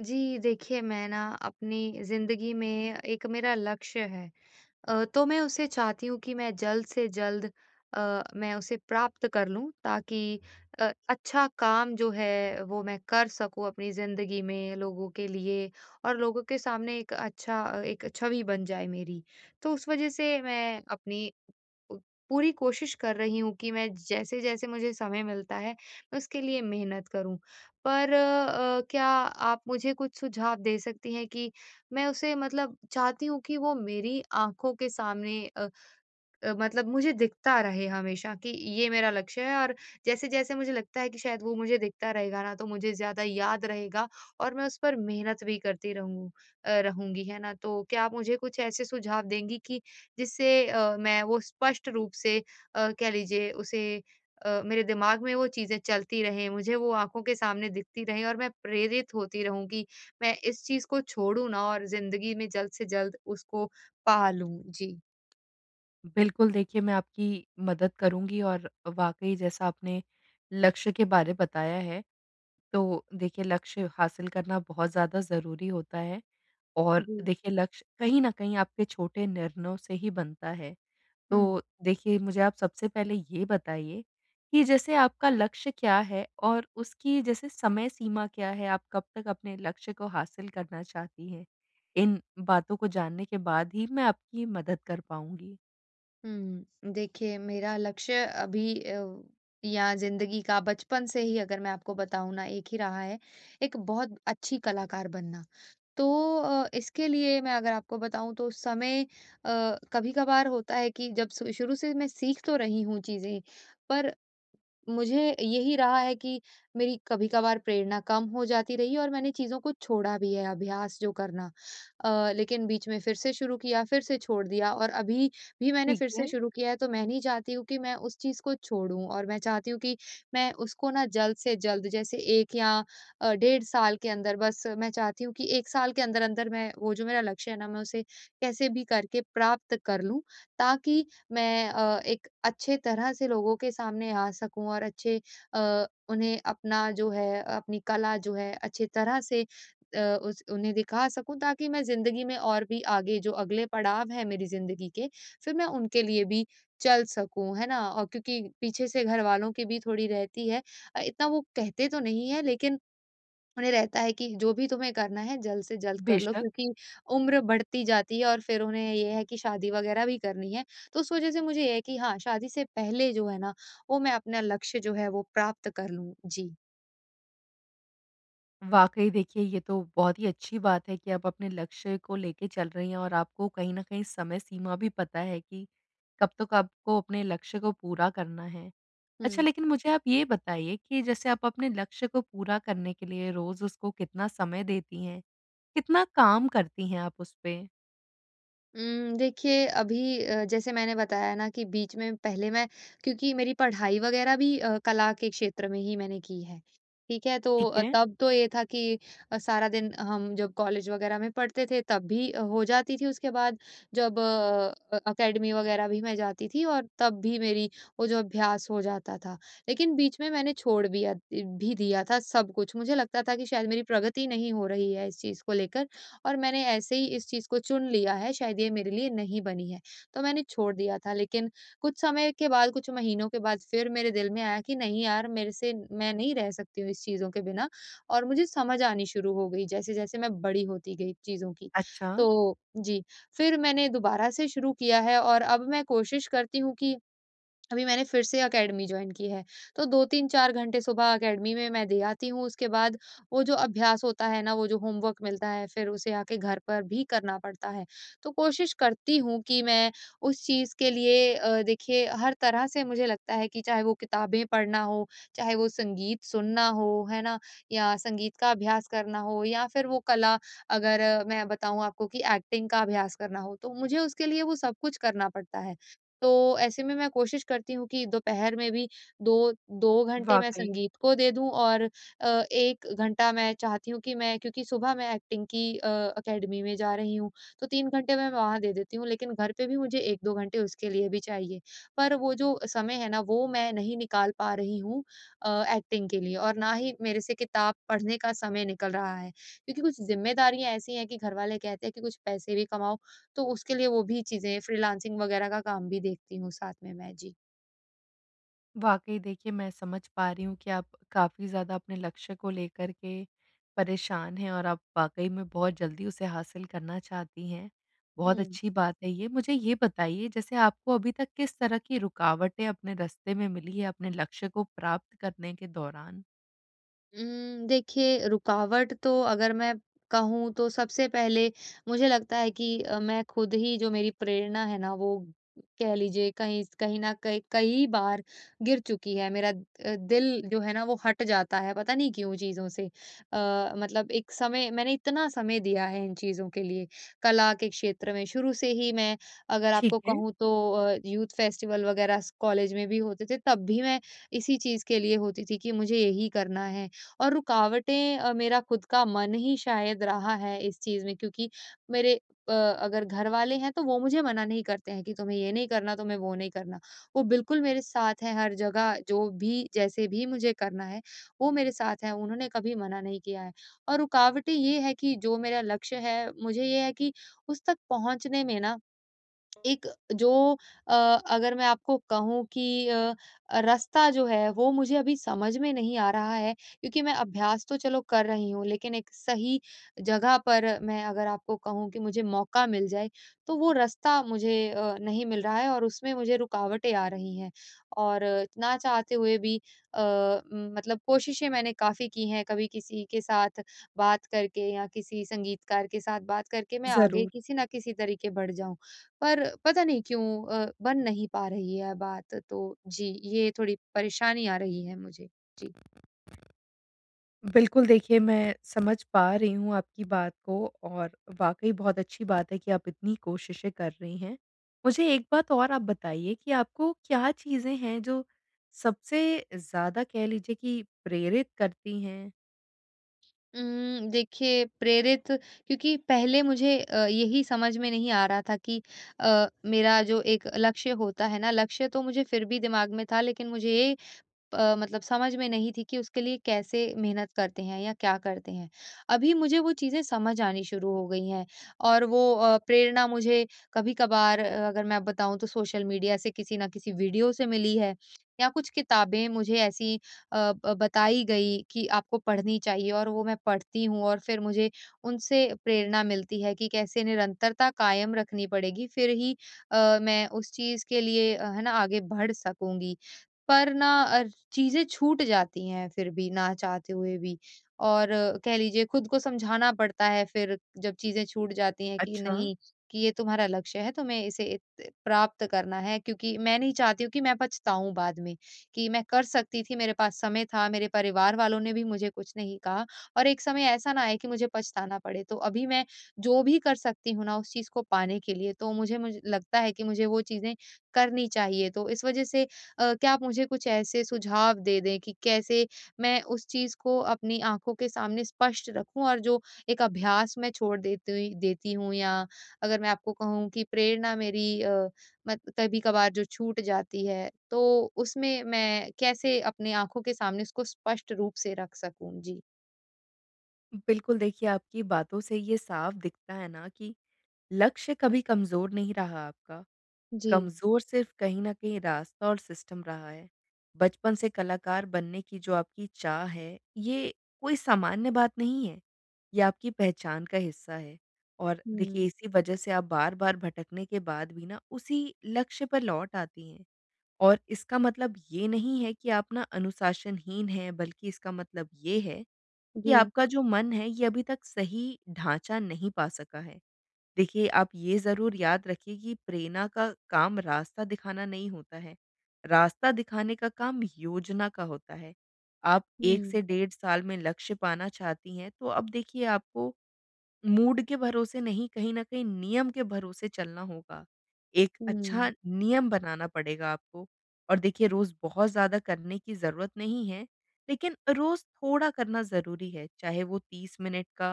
जी, देखिए मैं ना अपनी ज़िंदगी में एक मेरा लक्ष्य है। तो मैं उसे चाहती हूँ कि मैं जल्द से जल्द मैं उसे प्राप्त कर लूँ, ताकि अच्छा काम जो है वो मैं कर सकूँ अपनी ज़िंदगी में लोगों के लिए, और लोगों के सामने एक अच्छा एक छवि बन जाए मेरी। तो उस वज़ह से मैं अपनी प पूरी कोशिश कर रही हूँ कि मैं जैसे-जैसे मुझे समय मिलता है, मैं उसके लिए मेहनत करूँ। पर क्या आप मुझे कुछ सुझाव दे सकती हैं कि मैं उसे मतलब चाहती हूँ कि वो मेरी आँखों के सामने मतलब मुझे दिखता रहे हमेशा कि ये मेरा लक्ष्य है। और जैसे-जैसे मुझे लगता है कि शायद वो मुझे दिखता रहेगा ना, तो मुझे ज़्यादा याद रहेगा, और मैं उस पर मेहनत भी करती रहूँ रहूँगी, है ना? तो क्या आप मुझे कुछ ऐसे सुझाव देंगी कि जिससे मैं वो स्पष्ट रूप से, कह लीजिए उसे, मेरे दिमाग में वो चीज़ें चलती रहें, मुझे वो आँखों के सामने दिखती रहें और मैं प्रेरित होती रहूँ कि मैं इस चीज़ को छोड़ूँ ना और ज़िंदगी में जल्द से जल्द उसको पा लूँ। जी। बिल्कुल, देखिए मैं आपकी मदद करूँगी और वाक़ई जैसा आपने लक्ष्य के बारे बताया है, तो देखिए लक्ष्य हासिल करना बहुत ज़्यादा ज़रूरी होता है और जी। देखिए लक्ष्य कहीं न कहीं आपके छोटे निर्णयों से ही बनता है। हुँ। तो देखिए मुझे आप सबसे पहले ये बताइए कि जैसे आपका लक्ष्य क्या है और उसकी जैसे समय सीमा क्या है? आप कब तक अपने लक्ष्य को हासिल करना चाहती हैं? इन बातों को जानने के बाद ही मैं आपकी मदद कर पाऊँगी। हुँ, देखिए मेरा लक्ष्य अभी, या ज़िंदगी का बचपन से ही अगर मैं आपको बताऊँ ना, एक ही रहा है, एक बहुत अच्छी कलाकार बनना। तो इसके लिए मैं अगर आपको बताऊँ, तो समय कभी-कभार होता है कि जब सु शुरू से मैं सीख तो रही हूँ चीज़ें, पर मुझे यही रहा है कि मेरी कभी-कभार प्रेरणा कम हो जाती रही, और मैंने चीज़ों को छोड़ा भी है अभ्यास जो करना। लेकिन बीच में फिर से शुरू किया, फिर से छोड़ दिया, और अभी भी मैंने ठीक फिर से है। शुरू किया है। तो मैं नहीं चाहती हूँ कि मैं उस चीज़ को छोड़ूँ, और मैं चाहती हूँ कि मैं उसको ना जल्द से जल्द जैसे 1 या डेढ़ साल के अंदर, बस मैं चाहती हूँ कि 1 साल के अंदर-अंदर मैं वो जो मेरा लक्ष्य है ना मैं उसे कैसे भी करके प्राप्त कर लूँ, ताकि मैं एक अच्छे तरह से लोगों के सामने आ सकूँ, और अच्छे उन्हें अपना जो है अपनी कला जो है अच्छे तरह से अ, उस उन्हें दिखा सकूँ, ताकि मैं ज़िंदगी में और भी आगे जो अगले पड़ाव हैं मेरी ज़िंदगी के, फिर मैं उनके लिए भी चल सकूँ, है ना? और क्योंकि पीछे से घरवालों की भी थोड़ी रहती है, इतना वो कहते तो नहीं है, लेकिन उन्हें रहता है कि जो भी तुम्हें करना है जल्द से जल्द कर लो, बेशक, क्योंकि उम्र बढ़ती जाती है, और फिर उन्हें ये है कि शादी वगैरह भी करनी है। तो उस वज़ह से मुझे ये है कि हाँ, शादी से पहले जो है ना, वो मैं अपना लक्ष्य जो है वो प्राप्त कर लूँ। जी। वाक़ई देखिए ये तो बहुत ही अच्छी बात है कि आप अपने लक्ष्य को लेके चल रही हैं और आपको कहीं न कहीं समय सीमा भी पता है कि कब तक आपको अपने लक्ष्य को पूरा करना है। अच्छा, हुँ। लेकिन मुझे आप ये बताइए कि जैसे आप अपने लक्ष्य को पूरा करने के लिए रोज़ उसको कितना समय देती हैं? कितना काम करती हैं आप उस पे? देखिए अभी, जैसे मैंने बताया ना, कि बीच में पहले मैं, क्योंकि मेरी पढ़ाई वगैरह भी कला के क्षेत्र में ही मैंने की है, ठीक है? तो ठीक है। तब तो ये था कि सारा दिन हम जब कॉलेज वगैरह में पढ़ते थे तब भी हो जाती थी, उसके बाद जब अकेडमी वगैरह भी मैं जाती थी, और तब भी मेरी वो जो अभ्यास हो जाता था। लेकिन बीच में मैंने छोड़ भी दिया था सब कुछ, मुझे लगता था कि शायद मेरी प्रगति नहीं हो रही है इस चीज़ को लेकर, और मैंने ऐसे ही इस चीज़ को चुन लिया है, शायद ये मेरे लिए नहीं बनी है। तो मैंने छोड़ दिया था, लेकिन कुछ समय के बाद, कुछ महीनों के बाद फिर मेरे दिल में आया कि नहीं यार, मेरे से मैं नहीं रह सकती हूँ इस चीज़ों के बिना, और मुझे समझ आनी शुरू हो गई जैसे-जैसे मैं बड़ी होती गई चीज़ों की। अच्छा, तो जी, फिर मैंने दोबारा से शुरू किया है, और अब मैं कोशिश करती हूँ कि अभी मैंने फिर से अकेडमी जॉइन की है, तो 2-3-4 घंटे सुबह अकेडमी में मैं दे आती हूँ, उसके बाद वो जो अभ्यास होता है ना, वो जो होमवर्क मिलता है, फिर उसे आके घर पर भी करना पड़ता है। तो कोशिश करती हूँ कि मैं उस चीज़ के लिए, देखिए हर तरह से मुझे लगता है कि चाहे वो किताबें पढ़ना हो, चाहे वो संगीत सुनना हो, है ना? या संगीत का अभ्यास करना हो, या फिर वो कला, अगर मैं बताऊँ आपको कि एक्टिंग का अभ्यास करना हो, तो मुझे उसके लिए वो सब कुछ करना पड़ता है। तो ऐसे में मैं कोशिश करती हूँ कि दोपहर में भी 2 2 घंटे मैं वाक़ई। संगीत को दे दूँ, और 1 घंटा मैं चाहती हूँ कि मैं, क्योंकि सुबह मैं एक्टिंग की अकेडमी में जा रही हूँ, तो 3 घंटे मैं वहाँ दे देती हूँ, लेकिन घर पे भी मुझे 1-2 घंटे उसके लिए भी चाहिए। पर वो जो समय है ना, वो मैं नहीं निकाल पा रही हूँ एक्टिंग के लिए, और ना ही मेरे से किताब पढ़ने का समय निकल रहा है। क्योंकि कुछ ज़िम्मेदारियाँ ऐसी हैं कि घरवाले कहते हैं कि कुछ पैसे भी कमाओ, तो उसके लिए वो भी चीज़ें फ्रीलांसिंग वगैरह का काम भी देखती हूँ साथ में मैं। जी। वाक़ई देखिए, मैं समझ पा रही हूँ कि आप काफ़ी ज़्यादा अपने लक्ष्य को लेकर के परेशान हैं और आप वाक़ई में बहुत जल्दी उसे हासिल करना चाहती हैं। बहुत हुँ। अच्छी बात है ये। मुझे ये बताइए, जैसे आपको अभी तक किस तरह की रुकावटें अपने रास्ते में मिली है अपने लक्ष्य को प्राप्त करने के दौरान? देखिए रुकावट तो अगर मैं कहूँ, तो सबसे पहले मुझे लगता है कि मैं खुद ही, जो मेरी प्रेरणा है ना वो, कह लीजिए, कहीं कहीं न कहीं कई बार गिर चुकी है। मेरा दिल जो है ना वो हट जाता है, पता नहीं क्यों चीज़ों से। मतलब एक समय मैंने इतना समय दिया है इन चीज़ों के लिए, कला के क्षेत्र में। शुरू से ही मैं अगर ठीक आपको है, कहूँ, तो यूथ फेस्टिवल वगैरह स कॉलेज में भी होते थे, तब भी मैं इसी चीज़ के लिए होती थी कि मुझे यही करना है। और रुकावटें, मेरा खुद का मन ही शायद रहा है इस चीज़ में, क्योंकि मेरे अगर घर वाले हैं तो वो मुझे मना नहीं करते हैं कि तुम्हें ये नहीं करना, तुम्हें वो नहीं करना। वो बिल्कुल मेरे साथ हैं हर जगह, जो भी जैसे भी मुझे करना है, वो मेरे साथ हैं, उन्होंने कभी मना नहीं किया है। और रुकावटें ये है कि जो मेरा लक्ष्य है, मुझे ये है कि उस तक पहुँचने में ना एक जो, अ, अगर मैं आपको कहूँ कि रास्ता जो है वो मुझे अभी समझ में नहीं आ रहा है, क्योंकि मैं अभ्यास तो चलो कर रही हूँ, लेकिन एक सही जगह पर मैं अगर आपको कहूँ कि मुझे मौका मिल जाए, तो वो रास्ता मुझे नहीं मिल रहा है, और उसमें मुझे रुकावटें आ रही हैं, और ना चाहते हुए भी, मतलब कोशिशें मैंने काफ़ी की हैं, कभी किसी के साथ बात करके या किसी संगीतकार के साथ बात करके मैं आगे ज़रूर। किसी ना किसी तरीके बढ़ जाऊं, पर पता नहीं क्यों, बन नहीं पा रही है बात, तो जी, ये थोड़ी परेशानी आ रही है मुझे। जी। बिल्कुल, देखिए मैं समझ पा रही हूँ आपकी बात को और वाक़ई बहुत अच्छी बात है कि आप इतनी कोशिशें कर रही हैं। मुझे एक बात और आप बताइए, कि आपको क्या चीज़ें हैं जो सबसे ज़्यादा कह लीजिए कि प्रेरित करती हैं? देखिए, प्रेरित, क्योंकि पहले मुझे यही समझ में नहीं आ रहा था कि अ, मेरा जो एक लक्ष्य होता है ना, लक्ष्य तो मुझे फिर भी दिमाग में था, लेकिन मुझे ये मतलब समझ में नहीं थी कि उसके लिए कैसे मेहनत करते हैं या क्या करते हैं। अभी मुझे वो चीज़ें समझ आनी शुरू हो गई हैं, और वो प्रेरणा मुझे कभी-कभार, अगर मैं बताऊँ, तो सोशल मीडिया से किसी न किसी वीडियो से मिली है, या कुछ किताबें मुझे ऐसी अ, ब बताई गई कि आपको पढ़नी चाहिए, और वो मैं पढ़ती हूँ, और फिर मुझे उनसे प्रेरणा मिलती है कि कैसे निरंतरता कायम रखनी पड़ेगी, फिर ही मैं उस चीज़ के लिए, है ना, आगे बढ़ सकूँगी। पर ना, चीज़ें छूट जाती हैं फिर भी ना चाहते हुए भी, और कह लीजिए, खुद को समझाना पड़ता है फिर जब चीज़ें छूट जाती हैं, कि अच्छा। नहीं, कि ये तुम्हारा लक्ष्य है, तुम्हें इसे इत प्राप्त करना है, क्योंकि मैं नहीं चाहती हूँ कि मैं पछताऊँ बाद में, कि मैं कर सकती थी, मेरे पास समय था, मेरे परिवार वालों ने भी मुझे कुछ नहीं कहा, और एक समय ऐसा ना आए कि मुझे पछताना पड़े। तो अभी मैं जो भी कर सकती हूँ ना उस चीज़ को पाने के लिए, तो मुझे मुझे लगता है कि मुझे वो चीज़ें करनी चाहिए। तो इस वज़ह से, क्या आप मुझे कुछ ऐसे सुझाव दे दें कि कैसे मैं उस चीज़ को अपनी आँखों के सामने स्पष्ट रखूँ, और जो एक अभ्यास मैं छोड़ देती हूँ, या अगर मैं आपको कहूँ कि प्रेरणा मेरी, अ, मत कभी-कभार जो छूट जाती है, तो उसमें मैं कैसे अपनी आँखों के सामने इसको स्पष्ट रूप से रख सकूँ? जी। बिल्कुल, देखिए आपकी बातों से ये साफ दिखता है ना कि लक्ष्य कभी कमज़ोर नहीं रहा आपका। जी। कमज़ोर सिर्फ़ कहीं न कहीं रास्ता और सिस्टम रहा है। बचपन से कलाकार बनने की जो आपकी चाह है, ये कोई सामान्य बात नहीं है। ये आपकी पहचान का हिस्सा है और हुँ, देखिए इसी वजह से आप बार-बार भटकने के बाद भी ना उसी लक्ष्य पर लौट आती हैं। और इसका मतलब ये नहीं है कि आप ना अनुशासनहीन हैं, बल्कि इसका मतलब ये है कि जी। आपका जो मन है, ये अभी तक सही ढाँचा नहीं पा सका है। देखिए, आप ये ज़रूर याद रखिए कि प्रेरणा का काम रास्ता दिखाना नहीं होता है। रास्ता दिखाने का काम योजना का होता है। आप 1 हुँ, से डेढ़ साल में लक्ष्य पाना चाहती हैं, तो अब देखिए आपको मूड के भरोसे नहीं, कहीं न कहीं नियम के भरोसे चलना होगा। एक हुँ, अच्छा नियम बनाना पड़ेगा आपको, और देखिए रोज़ बहुत ज़्यादा करने की ज़रूरत नहीं है, लेकिन रोज़ थोड़ा करना ज़रूरी है, चाहे वो 30 मिनट का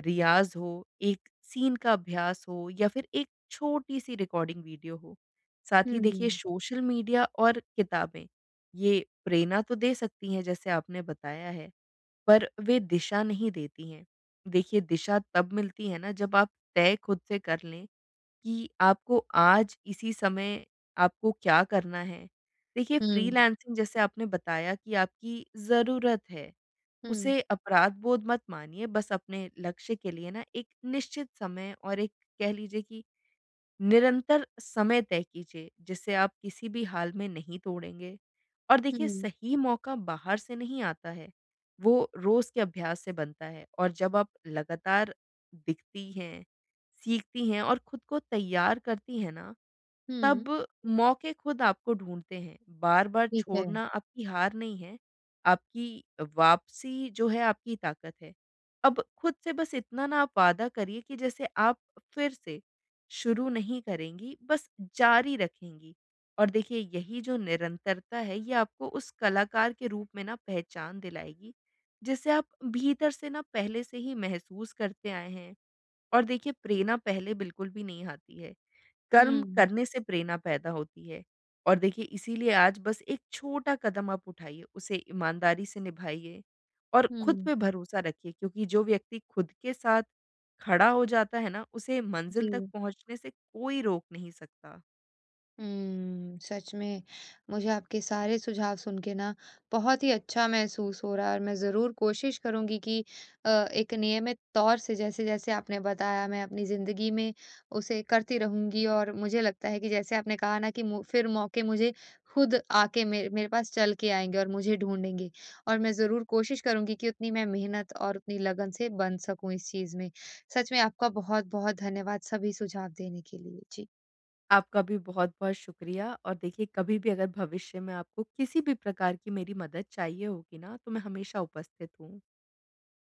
रियाज़ हो, एक सीन का अभ्यास हो या फिर एक छोटी-सी रिकॉर्डिंग वीडियो हो। साथ ही देखिए हुँ, सोशल मीडिया और किताबें, ये प्रेरणा तो दे सकती हैं जैसे आपने बताया है, पर वे दिशा नहीं देती हैं। देखिए, दिशा तब मिलती है ना जब आप तय खुद से कर लें कि आपको आज इसी समय आपको क्या करना है। देखिए, हुँ, फ्रीलांसिंग जैसे आपने बताया कि आपकी ज़रूरत है, हुँ, उसे अपराध बोध मत मानिए, बस अपने लक्ष्य के लिए ना एक निश्चित समय और एक कह लीजिए कि निरंतर समय तय कीजिए जिसे आप किसी भी हाल में नहीं तोड़ेंगे। और देखिए हुँ, सही मौका बाहर से नहीं आता है, वो रोज के अभ्यास से बनता है, और जब आप लगातार दिखती हैं, सीखती हैं और खुद को तैयार करती हैं ना, हुँ। तब मौके खुद आपको ढूँढते हैं। बार-बार ठीक है। छोड़ना आपकी हार नहीं है, आपकी वापसी जो है आपकी ताकत है। अब खुद से बस इतना ना आप वादा करिए कि जैसे आप फिर से शुरू नहीं करेंगी, बस जारी रखेंगी। और देखिए यही जो निरंतरता है, ये आपको उस कलाकार के रूप में ना पहचान दिलाएगी, जिसे आप भीतर से ना पहले से ही महसूस करते आए हैं। और देखिए प्रेरणा पहले बिल्कुल भी नहीं आती है। कर्म हुँ, करने से प्रेरणा पैदा होती है, और देखिए इसीलिए आज बस एक छोटा कदम आप उठाइए, उसे ईमानदारी से निभाइए और खुद हुँ, पे भरोसा रखिए, क्योंकि जो व्यक्ति खुद के साथ खड़ा हो जाता है ना, उसे मंजिल जी। तक पहुँचने से कोई रोक नहीं सकता। सच में मुझे आपके सारे सुझाव सुन के ना बहुत ही अच्छा महसूस हो रहा है, और मैं ज़रूर कोशिश करूंगी कि एक नियमित तौर से, जैसे जैसे आपने बताया, मैं अपनी ज़िंदगी में उसे करती रहूंगी, और मुझे लगता है कि जैसे आपने कहा ना, कि फिर मौके मुझे खुद आके मेरे मेरे पास चल के आएंगे और मुझे ढूंढेंगे, और मैं ज़रूर कोशिश करूंगी कि उतनी मैं मेहनत और उतनी लगन से बन सकूं इस चीज़ में। सच में आपका बहुत बहुत धन्यवाद सभी सुझाव देने के लिए। जी। आपका भी बहुत-बहुत शुक्रिया, और देखिए कभी भी अगर भविष्य में आपको किसी भी प्रकार की मेरी मदद चाहिए होगी ना, तो मैं हमेशा उपस्थित हूँ।